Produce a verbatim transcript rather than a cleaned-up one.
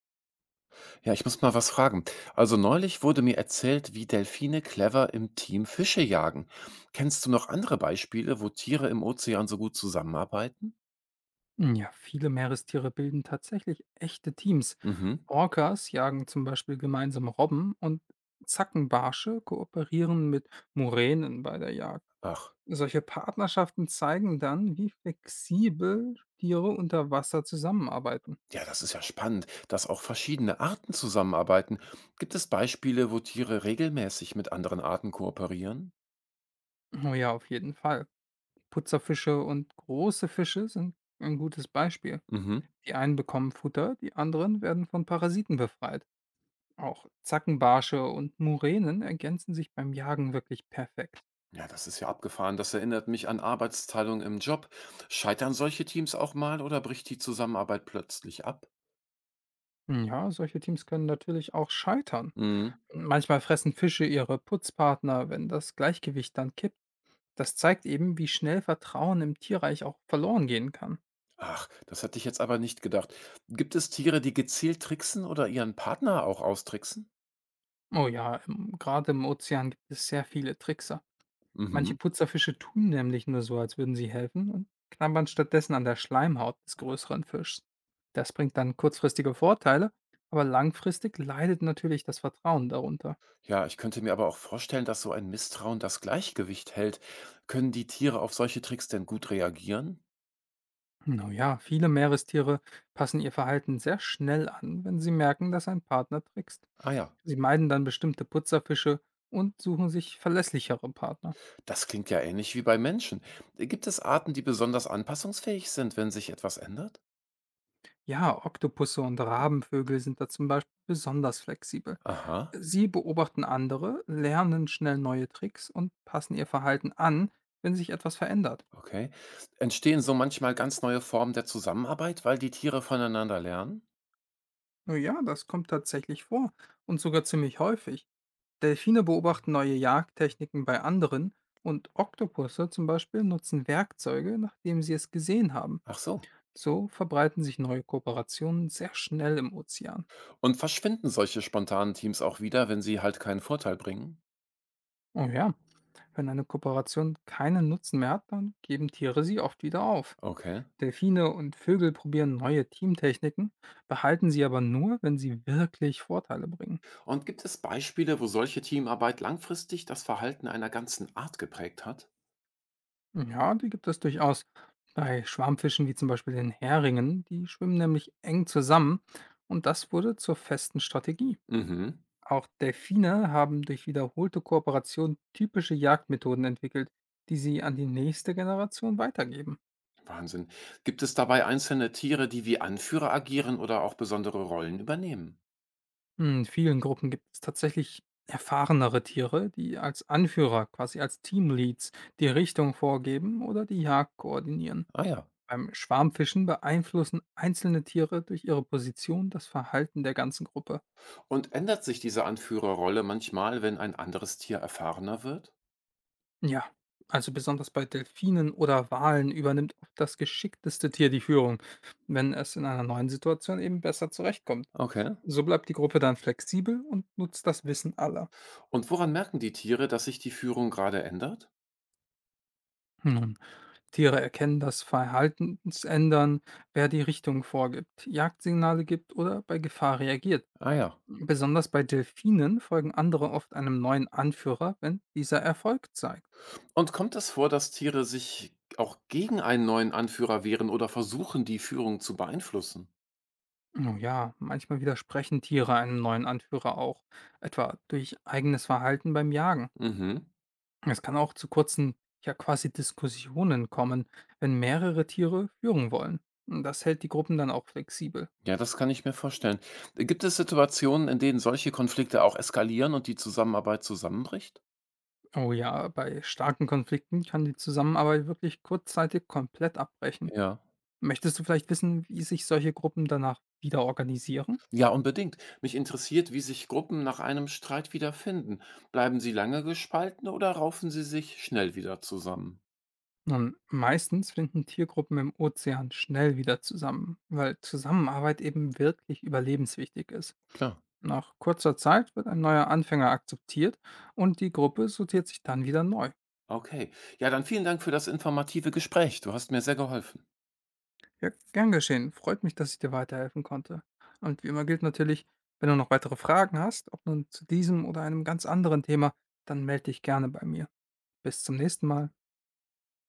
Ja, ich muss mal was fragen. Also neulich wurde mir erzählt, wie Delfine clever im Team Fische jagen. Kennst du noch andere Beispiele, wo Tiere im Ozean so gut zusammenarbeiten? Hm, Ja, viele Meerestiere bilden tatsächlich echte Teams. Mhm. Orcas jagen zum Beispiel gemeinsam Robben und Zackenbarsche kooperieren mit Muränen bei der Jagd. Ach, Solche Partnerschaften zeigen dann, wie flexibel Tiere unter Wasser zusammenarbeiten. ja, das ist ja spannend, dass auch verschiedene Arten zusammenarbeiten. Gibt es Beispiele, wo Tiere regelmäßig mit anderen Arten kooperieren? Oh ja, auf jeden Fall. Putzerfische und große Fische sind ein gutes Beispiel. Mhm. Die einen bekommen Futter, die anderen werden von Parasiten befreit. Auch Zackenbarsche und Muränen ergänzen sich beim Jagen wirklich perfekt. Ja, das ist ja abgefahren. Das erinnert mich an Arbeitsteilung im Job. Scheitern solche Teams auch mal oder bricht die Zusammenarbeit plötzlich ab? Ja, solche Teams können natürlich auch scheitern. Mhm. Manchmal fressen Fische ihre Putzpartner, wenn das Gleichgewicht dann kippt. Das zeigt eben, wie schnell Vertrauen im Tierreich auch verloren gehen kann. Ach, das hätte ich jetzt aber nicht gedacht. Gibt es Tiere, die gezielt tricksen oder ihren Partner auch austricksen? Oh ja, im, gerade im Ozean gibt es sehr viele Trickser. Manche Mhm. Putzerfische tun nämlich nur so, als würden sie helfen und knabbern stattdessen an der Schleimhaut des größeren Fischs. Das bringt dann kurzfristige Vorteile, aber langfristig leidet natürlich das Vertrauen darunter. Ja, ich könnte mir aber auch vorstellen, dass so ein Misstrauen das Gleichgewicht hält. Können die Tiere auf solche Tricks denn gut reagieren? Na ja, viele Meerestiere passen ihr Verhalten sehr schnell an, wenn sie merken, dass ein Partner trickst. Ah ja, Sie meiden dann bestimmte Putzerfische und suchen sich verlässlichere Partner. das klingt ja ähnlich wie bei Menschen. Gibt es Arten, die besonders anpassungsfähig sind, wenn sich etwas ändert? Ja, Oktopusse und Rabenvögel sind da zum Beispiel besonders flexibel. Aha, Sie beobachten andere, lernen schnell neue Tricks und passen ihr Verhalten an, wenn sich etwas verändert. okay. Entstehen so manchmal ganz neue Formen der Zusammenarbeit, weil die Tiere voneinander lernen? Nun ja, das kommt tatsächlich vor und sogar ziemlich häufig. Delfine beobachten neue Jagdtechniken bei anderen und Oktopusse zum Beispiel nutzen Werkzeuge, nachdem sie es gesehen haben. Ach so. So verbreiten sich neue Kooperationen sehr schnell im Ozean. Und verschwinden solche spontanen Teams auch wieder, wenn sie halt keinen Vorteil bringen? Oh ja, wenn eine Kooperation keinen Nutzen mehr hat, dann geben Tiere sie oft wieder auf. Okay. Delfine und Vögel probieren neue Teamtechniken, behalten sie aber nur, wenn sie wirklich Vorteile bringen. Und gibt es Beispiele, wo solche Teamarbeit langfristig das Verhalten einer ganzen Art geprägt hat? Ja, die gibt es durchaus. Bei Schwarmfischen wie zum Beispiel den Heringen, die schwimmen nämlich eng zusammen und das wurde zur festen Strategie. Mhm. Auch Delfine haben durch wiederholte Kooperation typische Jagdmethoden entwickelt, die sie an die nächste Generation weitergeben. Wahnsinn. Gibt es dabei einzelne Tiere, die wie Anführer agieren oder auch besondere Rollen übernehmen? In vielen Gruppen gibt es tatsächlich erfahrenere Tiere, die als Anführer, quasi als Teamleads, die Richtung vorgeben oder die Jagd koordinieren. Ah ja. Beim Schwarmfischen beeinflussen einzelne Tiere durch ihre Position das Verhalten der ganzen Gruppe. Und ändert sich diese Anführerrolle manchmal, wenn ein anderes Tier erfahrener wird? Ja, also besonders bei Delfinen oder Walen übernimmt oft das geschickteste Tier die Führung, wenn es in einer neuen Situation eben besser zurechtkommt. Okay. So bleibt die Gruppe dann flexibel und nutzt das Wissen aller. Und woran merken die Tiere, dass sich die Führung gerade ändert? Nun, Tiere erkennen das Verhaltensändern, wer die Richtung vorgibt, Jagdsignale gibt oder bei Gefahr reagiert. Ah ja. Besonders bei Delfinen folgen andere oft einem neuen Anführer, wenn dieser Erfolg zeigt. Und kommt es vor, dass Tiere sich auch gegen einen neuen Anführer wehren oder versuchen, die Führung zu beeinflussen? Oh ja, manchmal widersprechen Tiere einem neuen Anführer auch, etwa durch eigenes Verhalten beim Jagen. Mhm. Es kann auch zu kurzen, ja quasi Diskussionen kommen, wenn mehrere Tiere führen wollen. Das hält die Gruppen dann auch flexibel. Ja, das kann ich mir vorstellen. Gibt es Situationen, in denen solche Konflikte auch eskalieren und die Zusammenarbeit zusammenbricht? Oh ja, bei starken Konflikten kann die Zusammenarbeit wirklich kurzzeitig komplett abbrechen. Ja. Möchtest du vielleicht wissen, wie sich solche Gruppen danach wieder organisieren? Ja, unbedingt. Mich interessiert, wie sich Gruppen nach einem Streit wiederfinden. Bleiben sie lange gespalten oder raufen sie sich schnell wieder zusammen? Nun, meistens finden Tiergruppen im Ozean schnell wieder zusammen, weil Zusammenarbeit eben wirklich überlebenswichtig ist. Klar. Nach kurzer Zeit wird ein neuer Anfänger akzeptiert und die Gruppe sortiert sich dann wieder neu. Okay. Ja, dann vielen Dank für das informative Gespräch. Du hast mir sehr geholfen. Ja, gern geschehen. Freut mich, dass ich dir weiterhelfen konnte. Und wie immer gilt natürlich, wenn du noch weitere Fragen hast, ob nun zu diesem oder einem ganz anderen Thema, dann melde dich gerne bei mir. Bis zum nächsten Mal.